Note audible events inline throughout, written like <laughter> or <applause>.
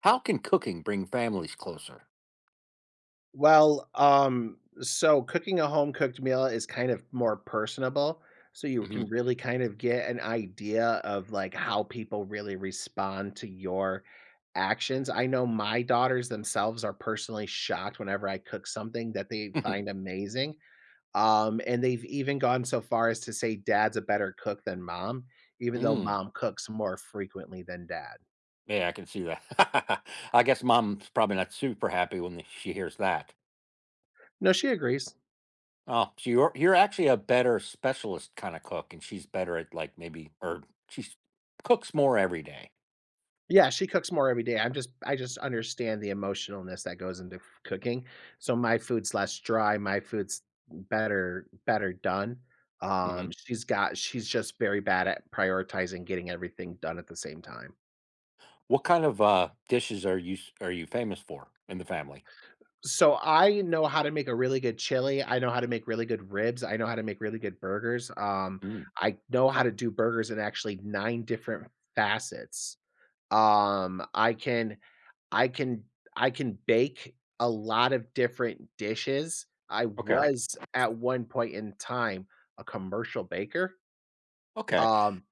How can cooking bring families closer? Well, cooking a home-cooked meal is kind of more personable, so you Mhm. can really kind of get an idea of, like, how people really respond to your actions. I know my daughters themselves are personally shocked whenever I cook something that they find <laughs> amazing, and they've even gone so far as to say dad's a better cook than mom, even though Mm, mom cooks more frequently than dad. yeah, I can see that. <laughs> I guess mom's probably not super happy when she hears that. No, she agrees. Oh, so you're actually a better specialist kind of cook, and she's better at, like, maybe or she cooks more every day. Yeah, she cooks more every day. I just understand the emotionalness that goes into f cooking. So my food's less dry, my food's better done. Mhm. She's just very bad at prioritizing getting everything done at the same time. What kind of dishes are you are you famous for in the family? So I know how to make a really good chili, I know how to make really good ribs, I know how to make really good burgers, Mm, I know how to do burgers in actually 9 different facets. Um, I can I can I can bake a lot of different dishes. I okay. Right. was at one point in time a commercial baker, Okay. um,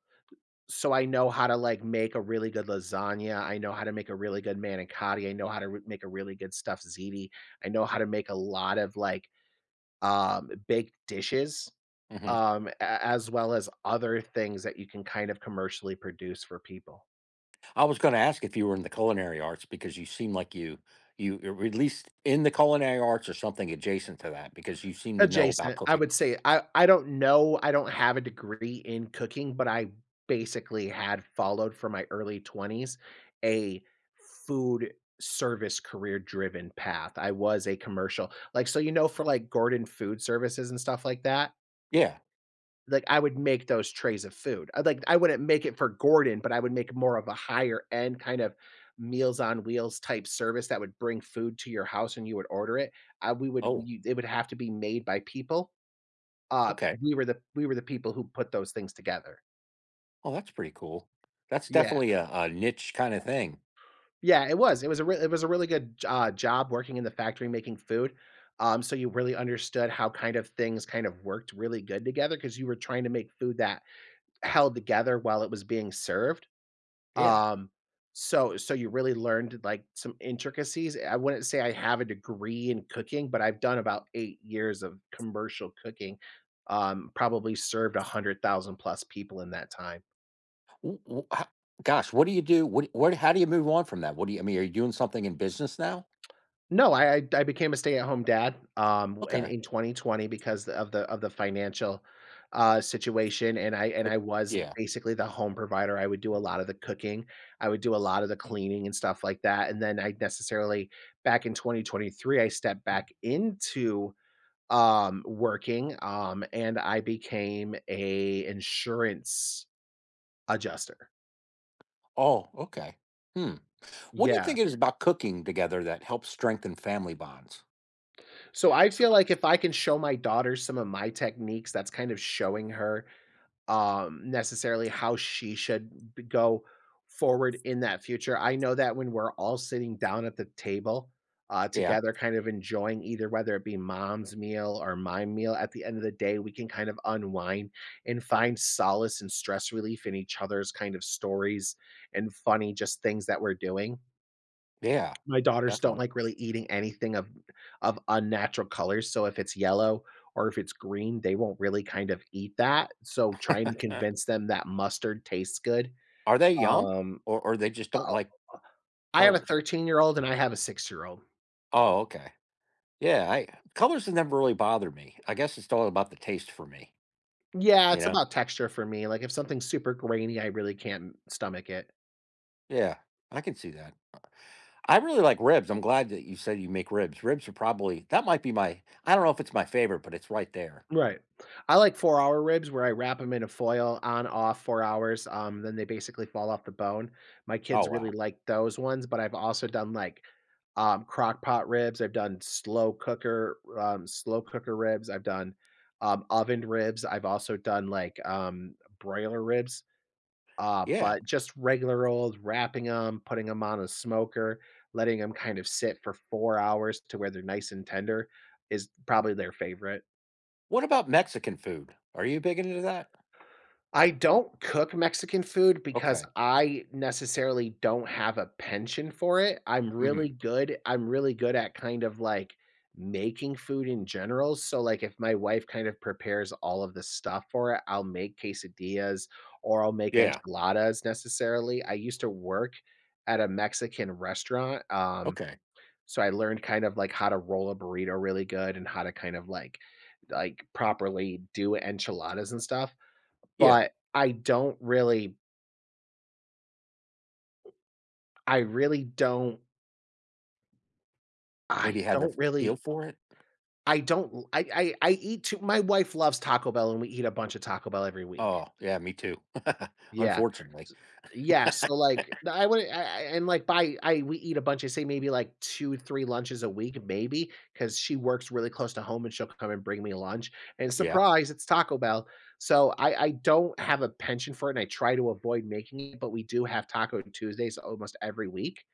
so I know how to, like, make a really good lasagna, I know how to make a really good manicotti, I know how to re make a really good stuffed ziti, I know how to make a lot of, like, baked dishes, Mhm. A as well as other things that you can kind of commercially produce for people. I was going to ask if you were in the culinary arts because you seem like you or at least in the culinary arts or something adjacent to that because you seem to know about Adjacent, I cooking. would say I don't know, I don't have a degree in cooking, but I basically had followed from my early 20s a food service career driven path. I was a commercial like, so, you know, for, like, Gordon Food Services and stuff like that, Yeah. like, I would make those trays of food. I like I wouldn't make it for Gordon, but I would make more of a higher end kind of Meals on Wheels type service that would bring food to your house and you would order it. We would Oh, we it would have to be made by people uh, okay. we were the people who put those things together. Oh, that's pretty cool. That's Yeah. definitely a niche kind of thing. Yeah, it was. It was a real It was a really good j job working in the factory making food. So you really understood how kind of things kind of worked really good together because you were trying to make food that held together while it was being served. Yeah. Um, so you really learned, like, some intricacies. I wouldn't say I have a degree in cooking, but I've done about 8 years of commercial cooking, probably served 100,000 plus people in that time. W- w- ho- Gosh, what do you do? What, what? How do you move on from that? What do you? I mean, are you doing something in business now? No, I became a stay-at-home dad, in Okay. in 2020 because of the financial, situation, and I and But I was yeah. basically the home provider. I would do a lot of the cooking, I would do a lot of the cleaning and stuff like that, and then I necessarily back in 2023, I stepped back into, working, and I became a insurance adjuster. Oh, okay. Hmm. What do you Yeah. think it is about cooking together that helps strengthen family bonds? So I feel like if I can show my daughter some of my techniques, that's kind of showing her necessarily how she should b go forward in that future. I know that when we're all sitting down at the table, Yeah. together, kind of enjoying either whether it be mom's meal or my meal, at the end of the day, we can kind of unwind and find solace and stress relief in each other's kind of stories and funny just things that we're doing. Yeah. My daughters don't Definitely. like really eating anything of unnatural colors, so if it's yellow or if it's green, they won't really kind of eat that, so trying to convince them that mustard tastes good. Are they young? Um, Or they just don't oh, like I have a colors? 13-year-old and I have a 6-year-old. Oh, okay. Yeah, I colors have never really bothered me. I guess it's all about the taste for me, Yeah, you it's know? about texture for me, like, if something's super grainy, I really can't stomach it. Yeah, I can see that. I really like ribs. I'm glad that you said you make ribs. Ribs are probably that might be my, I don't know if it's my favorite, but it's right there. Right. I like 4-hour ribs where I wrap them in a foil on, off, 4 hours, then they basically fall off the bone. My Oh, kids really wow. like those ones, but I've also done, like, crock pot ribs, I've done slow cooker ribs, I've done, ovened ribs, I've also done, like, broiler ribs, Yeah. but just regular old wrapping them, putting them on a smoker, letting them kind of sit for 4 hours to where they're nice and tender is probably their favorite. What about Mexican food? Are you big into that? I don't cook Mexican food because Okay. I necessarily don't have a penchant for it. Mhm. I'm really good at kind of, like, making food in general, so, like, if my wife kind of prepares all of the stuff for it, I'll make quesadillas or I'll make Yeah. enchiladas necessarily. I used to work at a Mexican restaurant, Okay. so I learned kind of, like, how to roll a burrito really good and how to kind of, like, properly do enchiladas and stuff. Yeah. But I don't really I really don't Maybe I have a don't feel really for it? I don't l I eat too my wife loves Taco Bell, and we eat a bunch of Taco Bell every week. Oh, yeah, me too. <laughs> Yeah. Unfortunately. S yeah, so, like, I and, like, by I we eat a bunch, I say maybe, like, 2, 3 lunches a week, maybe because she works really close to home, and she'll come and bring me lunch, and Yeah. surprise, it's Taco Bell. So, I don't have a penchant for it, and I try to avoid making it, but we do have Taco Tuesdays almost every week.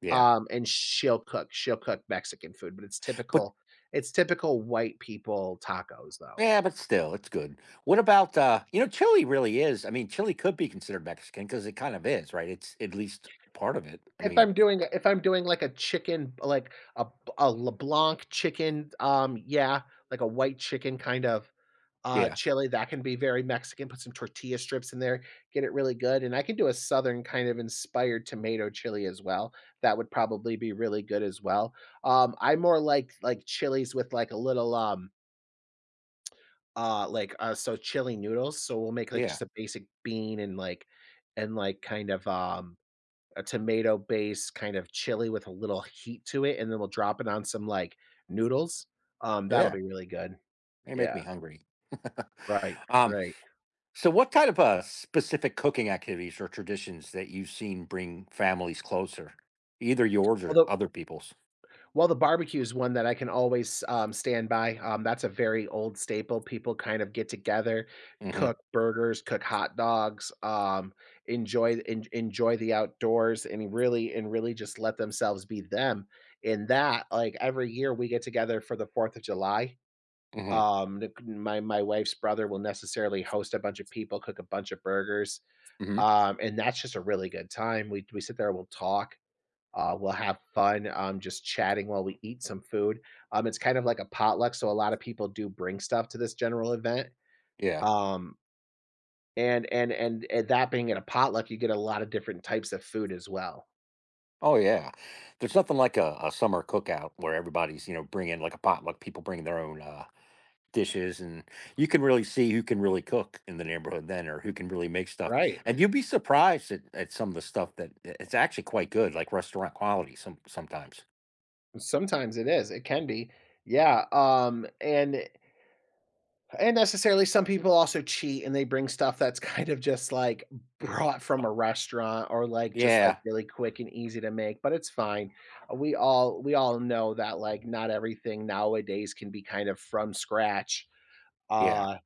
Yeah. And she'll cook Mexican food, but it's But typical it's typical white people tacos, though. yeah, but still, it's good. What about you know, chili really is. I mean, chili could be considered Mexican because it kind of is, right? It's at least part of it. I If mean, I'm doing if I'm doing, like, a chicken like, a LeBlanc chicken, yeah, like a white chicken kind of, yeah, chili, that can be very Mexican, put some tortilla strips in there, get it really good, and I can do a Southern kind of inspired tomato chili as well, that would probably be really good as well. I more like chilies with, like, a little, um, so chili noodles, so we'll make, like, yeah, just a basic bean and, like, kind of, a tomato based kind of chili with a little heat to it, and then we'll drop it on some, like, noodles. That'll yeah. be really good. They make Yeah. me hungry. <laughs> Right, um, right. so what kind of specific cooking activities or traditions that you've seen bring families closer, either yours or Although other people's? Well, the barbecue is one that I can always, stand by, that's a very old staple, people kind of get together, Mm-hmm. cook burgers, cook hot dogs, enjoy the outdoors, and really just let themselves be them. Every year we get together for the 4th of July, Mm-hmm. The my my wife's brother will necessarily host a bunch of people, cook a bunch of burgers, Mm-hmm. And that's just a really good time, we sit there, we'll talk, we'll have fun, just chatting while we eat some food. It's kind of like a potluck, so a lot of people do bring stuff to this general event. Yeah. Um, and that being at a potluck, you get a lot of different types of food as well. Oh, yeah. There's nothing like a summer cookout where everybody's, you know, bringing like a potluck, people bring their own dishes, and you can really see who can really cook in the neighborhood then, or who can really make stuff, Right. and you'd be surprised at some of the stuff that it's actually quite good, like restaurant quality some sometimes. Sometimes it is. It can be. Yeah. And necessarily, some people also cheat and they bring stuff that's <laughs> kind of just like brought from a restaurant or like just like Yeah. really quick and easy to make, but it's fine. We all know that like not everything nowadays can be kind of from scratch. Yeah. Uh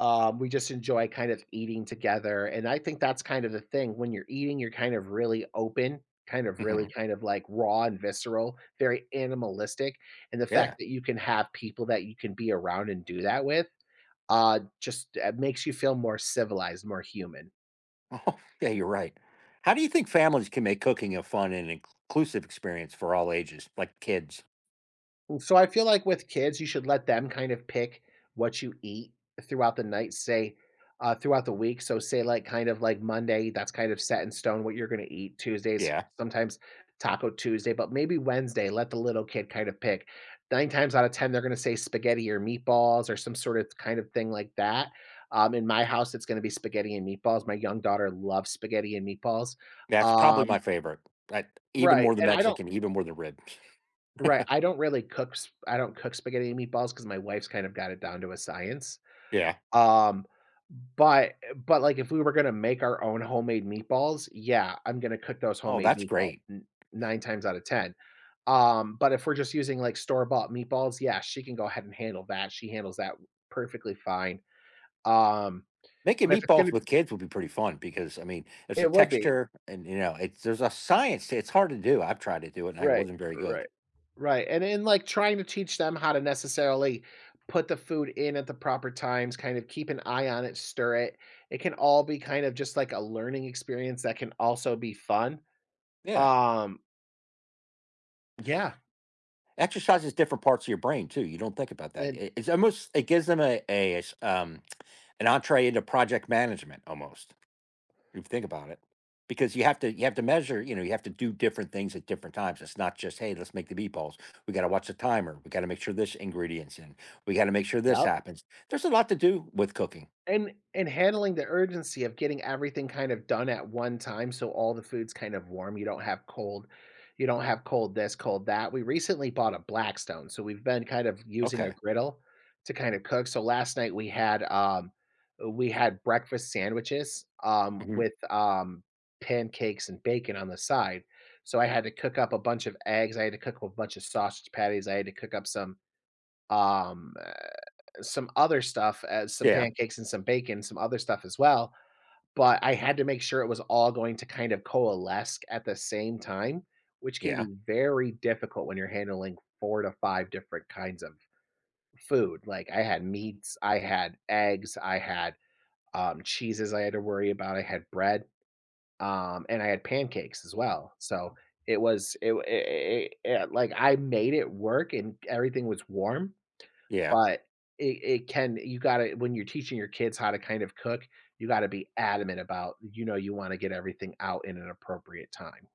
we just enjoy kind of eating together. And I think that's kind of the thing. When you're eating, you're kind of really open, kind of really Hmm. kind of like raw and visceral, very animalistic. And the fact Yeah. that you can have people that you can be around and do that with just makes you feel more civilized, more human. <laughs> Oh, yeah, you're right. How do you think families can make cooking a fun and inclusive experience for all ages, like kids? So I feel like with kids, you should let them kind of pick what you eat throughout the night, say, throughout the week. So say like kind of like Monday, that's kind of set in stone what you're going to eat. Tuesdays, Yeah, sometimes Taco Tuesday, but maybe Wednesday, let the little kid kind of pick. Nine times out of 10, they're going to say spaghetti or meatballs or some sort of kind of thing like that. In my house, it's going to be spaghetti and meatballs. My young daughter loves spaghetti and meatballs. that's probably Um, my favorite. I, even right. more than And I don't Mexican, even more than ribs. Right, I don't really cook s I don't cook spaghetti and meatballs because my wife's kind of got it down to a science. <laughs> Yeah. Um, but like, if we were gonna make our own homemade meatballs, yeah, I'm gonna cook those Oh, homemade that's meatballs great. n 9 times out of 10. But if we're just using, like, store-bought meatballs, yeah, she can go ahead and handle that. She handles that perfectly fine. Um, Making but if it's meatballs gonna with kids would be pretty fun because, I mean, it's a It would be. texture and, you know, it's there's a science to It's hard to do. I've tried to do it and I Right, wasn't very good. right, right, and in, like, trying to teach them how to necessarily put the food in at the proper times, kind of keep an eye on it, stir it, it can all be kind of just like a learning experience that can also be fun. Yeah. Um, yeah, Exercises different parts of your brain too. You don't think about that. and It's almost, it gives them a an entree into project management almost, if you think about it. Because you have to measure, you know, you have to do different things at different times. It's not just, hey, let's make the meatballs. We gotta watch the timer. We gotta make sure this ingredient's in. We gotta make sure this yep. happens. There's a lot to do with cooking. And handling the urgency of getting everything kind of done at one time, so all the food's kind of warm, you don't have cold this, cold that. We recently bought a Blackstone, so we've been kind of using a Okay. griddle to kind of cook. So last night we had breakfast sandwiches, Hmm. with, pancakes and bacon on the side. So I had to cook up a bunch of eggs, I had to cook up a bunch of sausage patties, I had to cook up um some other stuff as some Yeah. pancakes and some bacon, some other stuff as well, but I had to make sure it was all going to kind of coalesce at the same time, which can Yeah, be very difficult when you're handling 4 to 5 different kinds of food. Like, I had meats, I had eggs, I had, cheeses I had to worry about, I had bread, and I had pancakes as well, so it was it it it it like, I made it work and everything was warm, yeah. but it it can you gotta when you're teaching your kids how to kind of cook, you gotta be adamant about, you know, you wanna get everything out in an appropriate time.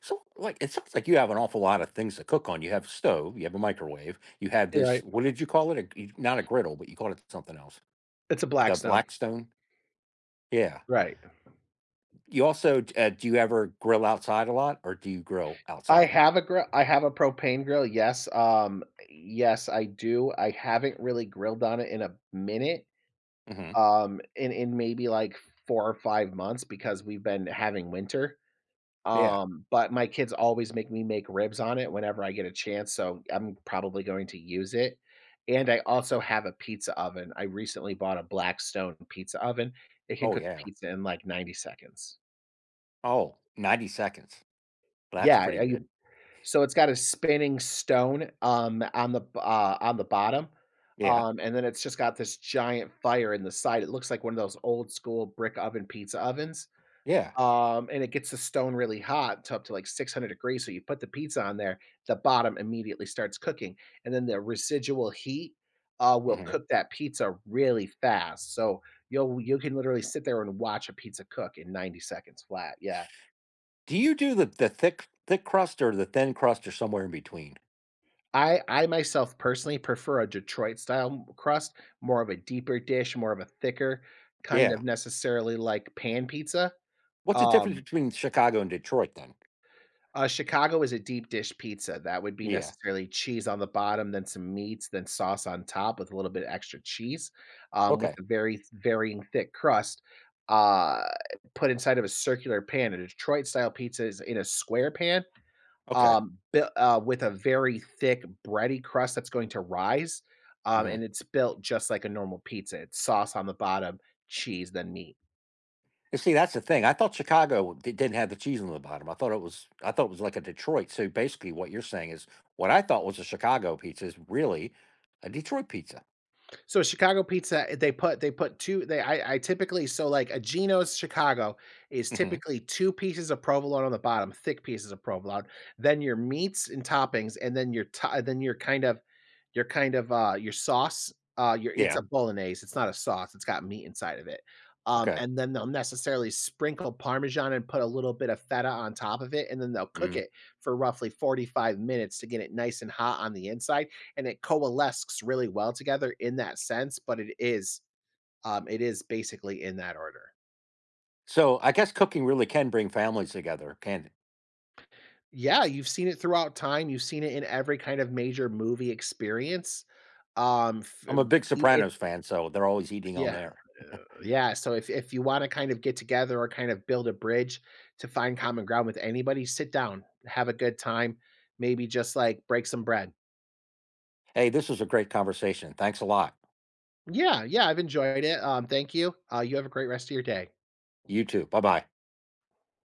So, like, it sounds like you have an awful lot of things to cook on. You have a stove, you have a microwave, you have this, Right. what did you call it? A g, not a griddle, but you called it something else. It's a The Blackstone, Blackstone? Yeah. right. You also, do you ever grill outside a lot, or do you grill outside? I have a propane grill, yes, yes, I do. I haven't really grilled on it in a minute, Mhm. In maybe, like, 4 or 5 months because we've been having winter. Yeah. But my kids always make me make ribs on it whenever I get a chance, so I'm probably going to use it. And I also have a pizza oven. I recently bought a Blackstone pizza oven. It can Oh, cook yeah. pizza in like 90 seconds. Oh, 90 seconds. That's Yeah, pretty I you good. So it's got a spinning stone, on the b on the bottom, Yeah, and then it's just got this giant fire in the side. It looks like one of those old school brick oven pizza ovens. yeah. And it gets the stone really hot to up to like 600 degrees. So you put the pizza on there, the bottom immediately starts cooking. And then the residual heat will Mhm. cook that pizza really fast. So you can literally sit there and watch a pizza cook in 90 seconds flat. Yeah. Do you do the thick crust or the thin crust or somewhere in between? I myself personally prefer a Detroit style crust, more of a deeper dish, more of a thicker kind Yeah. of necessarily like pan pizza. What's the difference Um, between Chicago and Detroit then? Chicago is a deep dish pizza. That would be Yeah. necessarily cheese on the bottom, then some meats, then sauce on top with a little bit extra cheese, with Okay, a very varying thick crust, uh, put inside of a circular pan. A Detroit style pizza is in a square pan, okay. Built with a very thick bready crust that's going to rise, and Mhm. it's built just like a normal pizza. It's sauce on the bottom, cheese, then meat. And see, that's the thing. I thought Chicago di didn't have the cheese on the bottom. I thought it was like a Detroit. So basically what you're saying is what I thought was a Chicago pizza is really a Detroit pizza. So Chicago pizza, they put 2, they I typically, so, like, a Geno's Chicago is Hmm. typically 2 pieces of provolone on the bottom, thick pieces of provolone, then your meats and toppings, and then your to then your kind of your sauce, your it's Yeah. a bolognese, it's not a sauce, it's got meat inside of it. Okay. And then they'll necessarily sprinkle parmesan and put a little bit of feta on top of it, and then they'll cook Mhm. it for roughly 45 minutes to get it nice and hot on the inside, and it coalesces really well together in that sense, but it is basically in that order. So I guess cooking really can bring families together, can it? Yeah, you've seen it throughout time, you've seen it in every kind of major movie experience. F I'm a big b Sopranos fan, so they're always eating on Yeah. there. Yeah, so if you wanna kind of get together or kind of build a bridge to find common ground with anybody, sit down, have a good time, maybe just, like, break some bread. Hey, this was a great conversation. Thanks a lot. Yeah, yeah, I've enjoyed it, thank you, you have a great rest of your day. You too. Bye bye.